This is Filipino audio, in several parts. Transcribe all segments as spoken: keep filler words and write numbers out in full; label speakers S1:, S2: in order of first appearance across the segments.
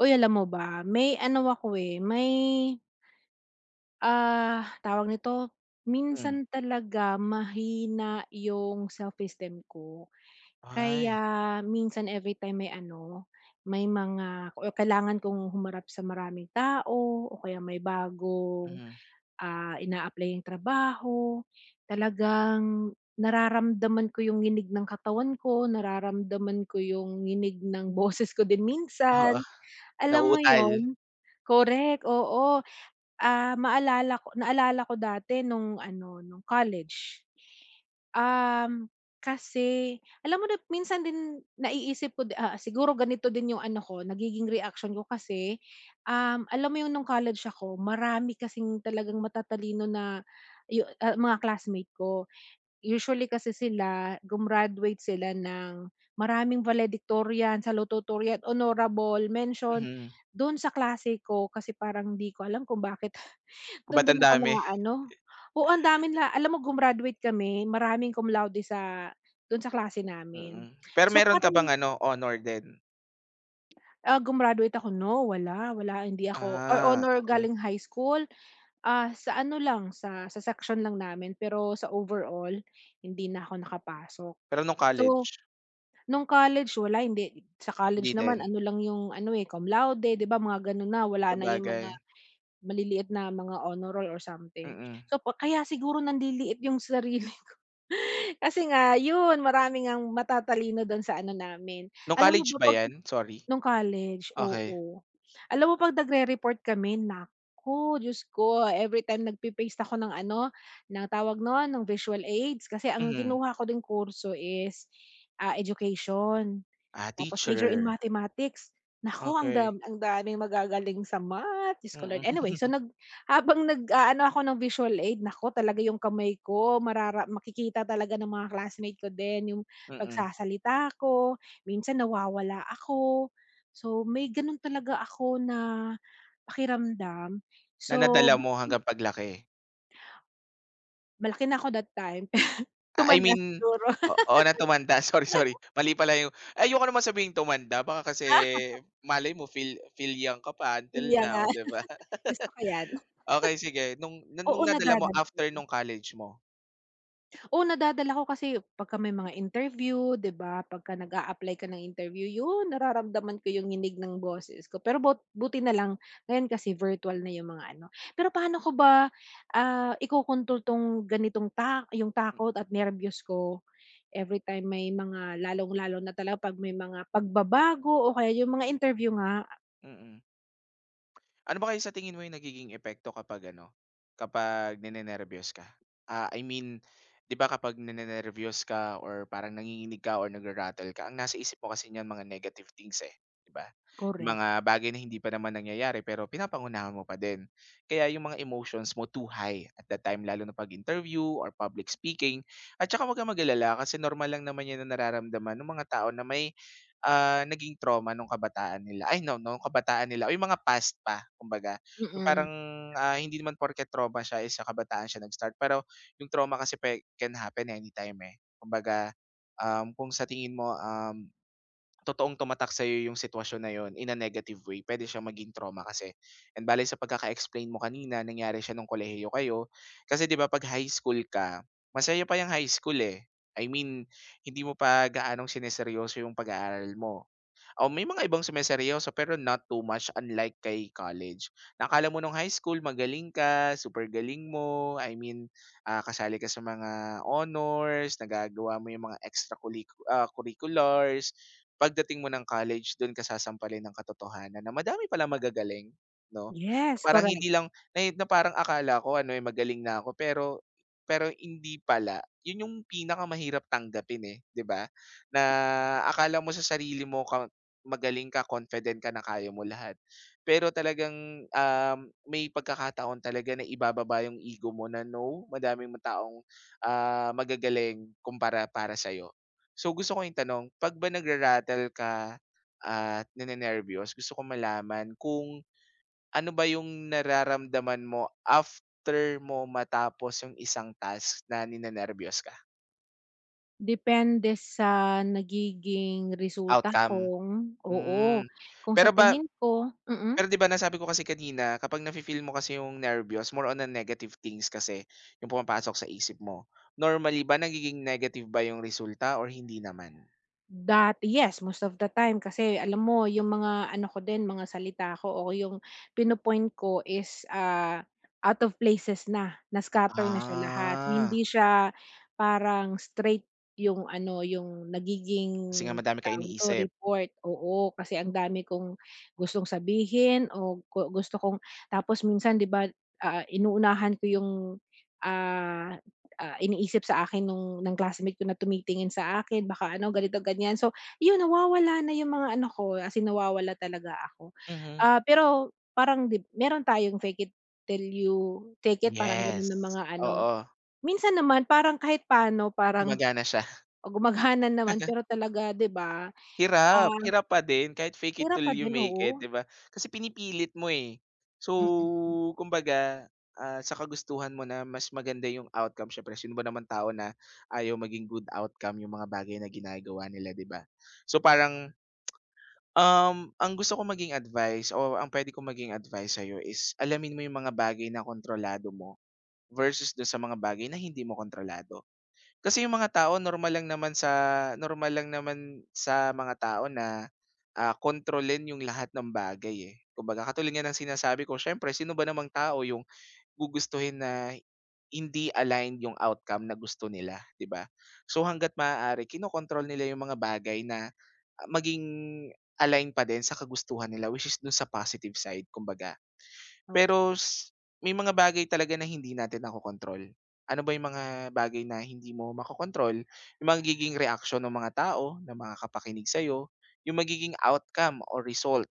S1: Uy, alam mo ba, may ano ako, eh, may, ah, tawag nito,
S2: Hmm.
S1: minsan talaga mahina yung self-esteem ko.
S2: Ay.
S1: Kaya minsan everytime may ano, may mga o kailangan kong humarap sa maraming tao o kaya may bagong,
S2: Mhm.
S1: ah, ina-apply-yang trabaho, talagang nararamdaman ko yung nginig ng katawan ko, nararamdaman ko yung nginig ng boses ko din
S2: Oo.
S1: minsan. Alam mo
S2: Nauutal.
S1: yun? Correct, oo. Ah, maalala ko naalala ko dati nung ano, nung college. Um, kasi alam mo na minsan din naiisip ko di ah, siguro ganito din yung ano ko, nagiging reaction ko kasi, um, alam mo yung nung college ako marami kasing talagang matatalino na yu ah, mga classmate ko. Usually kasi sila gumraduate sila ng maraming valedictorian, salutatorian, honorable mention.
S2: Mhm.
S1: Do'n sa klase ko kasi parang di ko alam kung bakit
S2: Kung
S1: do'n din
S2: ang
S1: ako na
S2: dami.
S1: ano, oo, ang dami nila alam mo gumraduate kami maraming cum laude sa do'n sa klase
S2: Mm.
S1: namin.
S2: Pero
S1: So
S2: meron ka bang
S1: parang,
S2: ano, honor din?
S1: ah, gumraduate ako, no, wala, wala, hindi ako or
S2: Ah,
S1: honor
S2: okey.
S1: galing high school, ah, sa ano lang sa sa section lang namin pero sa overall hindi na ako nakapasok.
S2: Pero nung
S1: So
S2: college,
S1: nung college wala, hindi sa
S2: hindi
S1: college
S2: din?
S1: naman ano lang yung ano, eh, cum laude, 'di ba mga gano'n na, wala na yung mga
S2: Sabagay,
S1: maliliit na mga honor roll or something.
S2: mm.
S1: So pa kaya siguro nanliliit yung sarili ko kasi nga yun marami ngang matatalino don sa ano namin.
S2: Nung
S1: Alam mo
S2: college
S1: ba
S2: ba
S1: 'pag
S2: 'yan? Sorry.
S1: nung college,
S2: Okey,
S1: oo. Alam mo 'pag nagre-report kami, naku Diyos ko, everytime nagpe-paste ako ng ano, ng tawag nun, ng visual aids kasi ang
S2: mhm.
S1: kinuha ko ding kurso is, ah, education.
S2: Ah,
S1: Tapos major in
S2: teacher,
S1: mathematics. Naku, ang
S2: okey,
S1: dam ang daming magagaling sa math, Diyos ko Lord.
S2: mm,
S1: Anyway, so
S2: mm,
S1: nag habang nag-aano ako ng visual aid, naku talaga yung kamay ko, marara makikita talaga ng mga classmate ko din yung pagsasalita ko, minsan nawawala ako. So, may gano'n talaga ako na pakiramdam.
S2: na
S1: So,
S2: nadala mo hanggang paglaki?
S1: malaki na ako that time,
S2: Ah, I
S1: tumanda
S2: mean
S1: siguro.
S2: o oo na tumanda, sorry, sorry. Mali pala yung ayoko naman sabihing tumanda baka kasi malay mo feel feel young ka pa
S1: Yun
S2: until
S1: ya nga,
S2: now, 'di ba?
S1: gusto ko 'yan.
S2: Okey sige, nung
S1: Oo,
S2: nung nadala mo
S1: nadadala.
S2: after nung college mo?
S1: Oo, nadadala ko kasi pagka may mga interview, 'di ba? Pagka nag-a-apply ka ng interview, yun nararamdaman ko yung nginig ng boses ko. Pero but buti na lang ngayon kasi virtual na yung mga ano. Pero paano ko ba, ah, ikokontrol 'tong ganitong ta yung takot at nerbiyos ko every time may mga lalong-lalo na talaga 'pag may mga pagbabago o kaya yung mga interview nga.
S2: Hmm, mm. Ano ba kaya sa tingin mo yung nagiging epekto kapag ano, kapag ninenerbiyos ka? Ah, I mean, 'di ba kapag ninenerbiyos ka or parang nanginginig ka or nagra-rattle ka, ang nasa isip mo kasi niyan mga negative things eh, 'di ba? Yung
S1: Correct.
S2: mga bagay na hindi pa naman nangyayari pero pinapangunahan mo pa din. Kaya yung mga emotions mo too high at that time lalo na pag interview or public speaking. At saka 'wag kang mag-alala kasi normal lang naman yan na nararamdaman ng mga tao na may ah, naging trauma nung kabataan nila ay no, nung kabataan nila o yung mga past pa kumbaga. Yung
S1: Mm.
S2: parang, ah, hindi naman porket trauma siya is sa kabataan siya nag-start pero yung trauma kasi pe can happen anytime, eh. Kumbaga, um, kung sa tingin mo, um, totoong tumatak sa'yo yung sitwasyon na yon in a negative way, puwede siya maging trauma kasi. And bale sa pagkaka-explain mo kanina nangyari siya nung kolehiyo kayo. Kasi 'di ba 'pag high school ka, masaya pa yung high school, eh. I mean, hindi mo pa gaanong sinerseryoso yung pag-aaral mo. O may mga ibang sumeseryoso pero not too much unlike kay college. Na akala mo nung high school magaling ka, super galing mo, I mean, ah, kasali ka sa mga honors, nagagawa mo yung mga extracurricu- ah, curriculars. Pagdating mo ng college, doon ka sasampalin ng katotohanan na madami pala magagaling, no? Na
S1: Yes,
S2: Parang
S1: correct.
S2: hindi lang na, na parang akala ko ano eh magaling na ako pero pero hindi pala. Yun yung pinakamahirap tanggapin eh, 'di ba? Na akala mo sa sarili mo magaling ka, confident ka na kaya mo lahat. Pero talagang, um, may pagkakataon talaga na ibababa yung ego mo na, "No, madaming mong taong, ah, magagaling kumpara para sa'yo." So, gusto ko yung itanong, 'pag ba nagra ka at ninenerbiyos, gusto ko malaman kung ano ba yung nararamdaman mo after mo matapos yung isang task na ninenerbiyos ka?
S1: Depende sa nagiging resulta
S2: Outcome?
S1: kung oo,
S2: Hmm.
S1: kung sa
S2: Pero ba
S1: tingin ko mm?
S2: Pero 'di ba nasabi ko kasi kanina kapag nafi-feel mo kasi yung nervyos more on a negative things kasi yung pumapasok sa isip mo. Normally ba nagiging negative ba yung resulta or hindi naman?
S1: That yes, most of the time kasi alam mo yung mga ano ko din, mga salita ko o yung pino-point ko is, ah, out of places na, na-scatter na siya lahat. So
S2: Ah,
S1: hindi siya parang straight yung ano, yung nagiging
S2: kasi nga madami ka
S1: tawag nito,
S2: iniisip.
S1: report, oo. Kasi ang dami kong gustong sabihin o gu gusto kong tapos minsan 'di ba, ah, inuunahan ko yung, ah ah, iniisip sa akin nung ng classmate ko na tumitingin sa akin baka ano ganito ganyan. So, yun nawawala na yung mga ano ko, as in nawawala talaga ako.
S2: Mhm.
S1: Ah, pero parang dib meron tayong fake it till you take it, parang ganun ng
S2: Yes.
S1: mga ano.
S2: Oo,
S1: Minsan naman parang kahit paano parang
S2: gumagana siya.
S1: o, gumagana naman, pero talaga 'di ba,
S2: Hirap,
S1: ah,
S2: hirap pa din kahit fake it
S1: pera
S2: till
S1: pa
S2: you
S1: din,
S2: make
S1: oo.
S2: it, 'di ba? Kasi pinipilit mo, eh. So,
S1: Mm,
S2: kumbaga, ah, sa kagustuhan mo na mas maganda yung outcome, siyempre sino ba naman tao na ayaw maging good outcome yung mga bagay na ginagawa nila, 'di ba? So, parang, um, ang gusto ko maging advice o ang pwede kong maging advice sa'yo is alamin mo yung mga bagay na kontrolado mo versus do sa mga bagay na hindi mo kontrolado. Kasi yung mga tao normal lang naman sa normal lang naman sa mga tao na, ah, kontrolin yung lahat ng bagay, eh. Kumbaga katulad nga ng sinasabi ko siyempre sino ba namang tao yung gugustuhin na hindi aligned yung outcome na gusto nila, 'di ba? So, hangga't maaari kinokontrol nila yung mga bagay na ah, maging align pa din sa kagustuhan nila which is dun sa positive side kumbaga.
S1: okey,
S2: Pero s May mga bagay talaga na hindi natin nakokontrol. Ano ba yung mga bagay na hindi mo makokontrol? Yung magiging reaksyon ng mga tao na kapakinig sa'yo, yung magiging outcome or result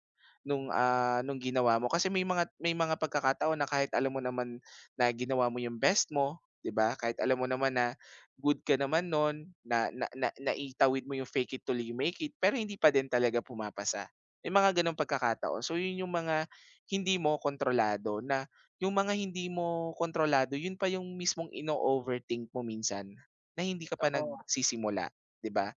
S2: nung, ah, nung ginawa mo. Kasi may mga may mga pagkakataon na kahit alam mo naman na ginawa mo yung best mo, 'di ba? Kahit alam mo naman na good ka naman nun, na na na naitawid mo yung fake it till you make it, pero hindi pa din talaga pumapasa. May mga gano'ng pagkakataon. So yun yung mga hindi mo kontrolado na yung mga hindi mo kontrolado yun pa yung mismong ino-overthink mo minsan na hindi ka pa
S1: totoo,
S2: nagsisimula, 'di ba?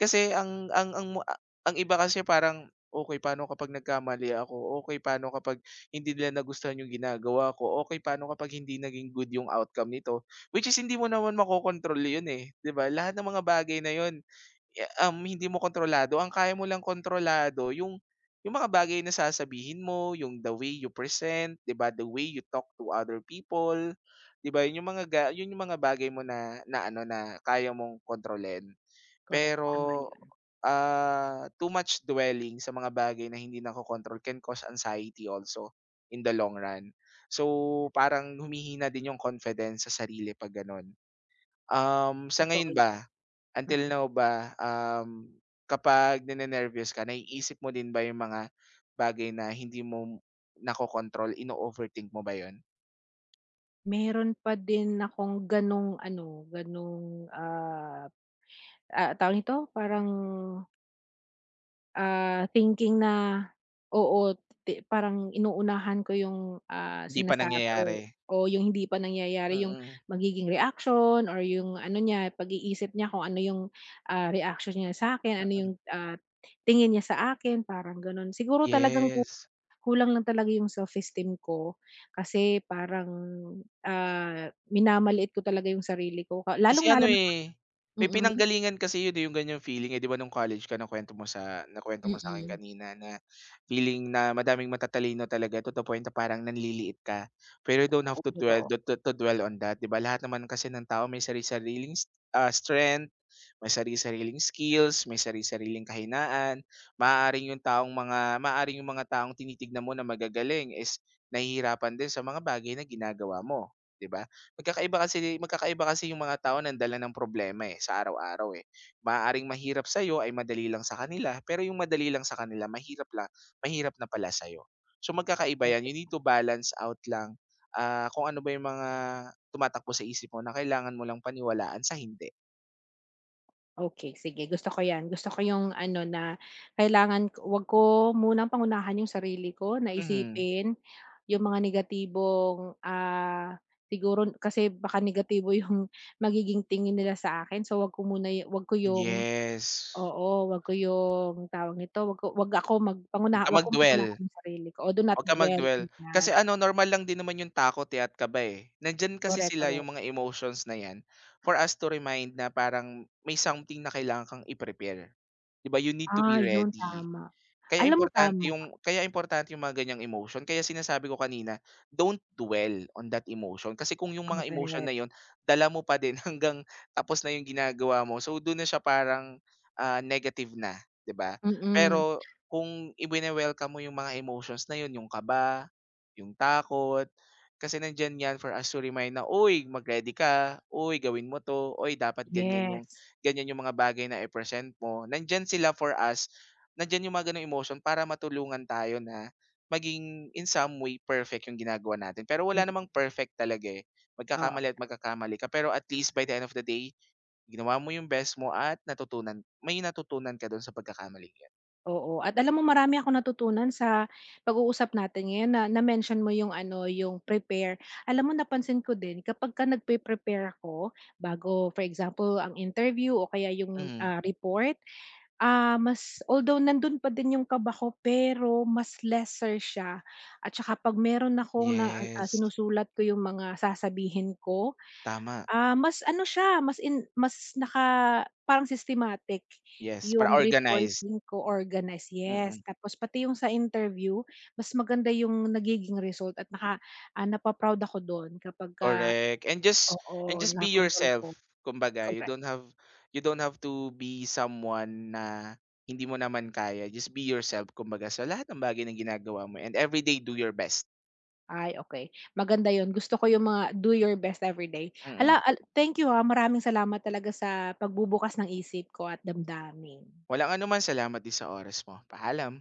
S2: Kasi ang ang ang mo a ang iba kasi parang, "Okay, paano kapag nagkamali ako? Okay, paano kapag hindi nila nagustuhan yung ginagawa ko? Okay, paano kapag hindi naging good yung outcome nito?" Which is hindi mo naman makokontrol yun, eh, 'di ba? Lahat ng mga bagay na yun Ya um, hindi mo kontrolado ang kaya mo lang kontrolado yung yung mga bagay na sasabihin mo, yung the way you present, 'di ba, the way you talk to other people, 'di ba, yun yung mga ga yun yung mga bagay mo na na ano, na kaya mong kontrolin.
S1: correct,
S2: Pero,
S1: tama yun.
S2: ah, too much dwelling sa mga bagay na hindi nako-kontrol can cause anxiety also in the long run. So, parang humihina din yung confidence sa sarili 'pag gano'n. Um, sa
S1: Totoo
S2: ngayon
S1: yan,
S2: ba, Until
S1: mm.
S2: now ba, um, kapag ninenervyos ka naiisip mo din ba yung mga bagay na hindi mo nakokontrol, ino-overthink mo ba yun?
S1: Meron pa din akong ganong ano, ganong ah, Ah, tawag nito, parang, ah, thinking na, oo, ti parang inuunahan ko yung, ah,
S2: Hindi pa
S1: sinasabi or
S2: nangyayari?
S1: o yung hindi pa nangyayari yung
S2: Mm,
S1: magiging reaction or yung ano niya, pag-iisip niya kung ano yung, ah, reaction niya sa'kin, ano yung, ah, tingin niya sa akin, parang gano'n. Siguro talagang ku
S2: yes.
S1: kulang lang talaga yung self-esteem ko kasi parang, ah, minamaliit ko talaga yung sarili ko ka
S2: Kasi ano,
S1: lalong-lalo na,
S2: eh, may
S1: mm,
S2: pinanggalingan kasi yun, eh, yung ganiyang feeling, eh, 'di ba nung college ka nakuwento mo sa nakuwento mo sa sa'kin
S1: mm.
S2: kanina na feeling na madaming matatalino talaga to the point na parang nanliliit ka. Pero you don't have
S1: Oo,
S2: to dwell
S1: totoo.
S2: to to to dwell on that, 'di ba? Lahat naman kasi ng tao may sari-sariling s ah, strength, may sari-sariling skills, may sari-sariling kahinaan. Maaaring yung taong mga maaaring yung mga taong tinitignan mo na magagaling is nahihirapan din sa mga bagay na ginagawa mo, 'di ba? Magkakaiba kasi magkakaiba kasi yung mga tao ng dala ng problema, eh, sa araw-araw, eh. Maaaring mahirap sa'yo ay madali lang sa kanila, pero yung madali lang sa kanila mahirap lang, mahirap na pala sa'yo. So, magkakaiba 'yan, you need to balance out lang, ah, kung ano ba yung mga tumatakbo sa isip mo na kailangan mo lang paniwalaan sa hindi.
S1: Okay, sige, gusto ko 'yan. Gusto ko yung ano na kailangan k- wag ko munang pangunahan yung sarili ko na
S2: Mhm.
S1: isipin yung mga negatibong, ah, siguro kasi baka negatibo yung magiging tingin nila sa akin. So, wag ko muna yu, wag ko yung,
S2: Yes.
S1: oo, wag ko yung tawag nito, wag ko, wag ako
S2: Huwag
S1: magpanguna,
S2: kang
S1: wag
S2: mag
S1: kong pangunahan yung sarili ko o do not
S2: Wag kang
S1: dwell on
S2: mag-dwell.
S1: that.
S2: Kasi ano, normal lang din naman yung takot, eh, at kaba, eh. Nandiyan kasi
S1: Correct,
S2: sila
S1: correct.
S2: yung mga emotions na 'yan for us to remind na parang may something na kailangan kang i-prepare. 'Di ba, you need to
S1: Ah,
S2: be
S1: yun
S2: ready.
S1: tama.
S2: Kaya
S1: Alam mo
S2: importante
S1: tama,
S2: yung kaya importante yung mga ganyang emotion. Kaya sinasabi ko kanina, don't dwell on that emotion. Kasi kung yung mga emotion
S1: correct.
S2: na yon dala mo pa din hanggang tapos na yung ginagawa mo. So do'n na siya parang, ah, negative na, 'di ba?
S1: Mm,
S2: Pero kung i-wine-welcome mo yung mga emotions na yun, yung kaba, yung takot, kasi nandiyan 'yan for us to remind na, "Uy, mag-ready ka. Uy, gawin mo 'to. Uy, dapat ganyan yung
S1: yes.
S2: ganyan yung mga bagay na i-present mo." Nandiyan sila for us nandiyan yung mga gano'ng emotion para matulungan tayo na maging in some way perfect yung ginagawa natin. Pero
S1: Hmm.
S2: wala namang perfect talaga, eh. Magkakamali at magkakamali ka, pero at least by the end of the day, ginawa mo yung best mo at natutunan may natutunan ka do'n sa pagkakamali yan.
S1: Oo, at alam mo marami akong natutunan sa pag-uusap natin ngayon na na-mention mo yung ano, yung prepare. Alam mo napansin ko din kapag ka nagpe-prepare ako bago, for example, ang interview o kaya yung,
S2: Mm.
S1: ah, report, ah, mas although nandun pa din yung kaba ko pero mas lesser siya, at saka 'pag meron akong na, ah,
S2: Yes,
S1: sinusulat ko yung mga sasabihin ko,
S2: tama.
S1: ah, mas ano siya, mas in, mas naka, parang systematic
S2: Yes, para
S1: yung
S2: organized.
S1: reporting ko, organized, yes.
S2: Mm.
S1: Tapos pati yung sa interview, mas maganda yung nagiging result at naka, ah, napa-proud ako dun kapagka,
S2: Correct, and just and
S1: oo,
S2: just be
S1: nakontrol ko,
S2: yourself, kumbaga you
S1: correct.
S2: don't have you don't have to be someone na hindi mo naman kaya, just be yourself kumbaga sa lahat ng bagay na ginagawa mo and every day do your best.
S1: Ay, okey. Maganda yun, gusto ko yung mga do your best everyday.
S2: Mm.
S1: Hala, al thank you, ha, maraming salamat talaga sa pagbubukas ng isip ko at damdamin.
S2: Walang anuman, salamat din sa oras mo. Paalam.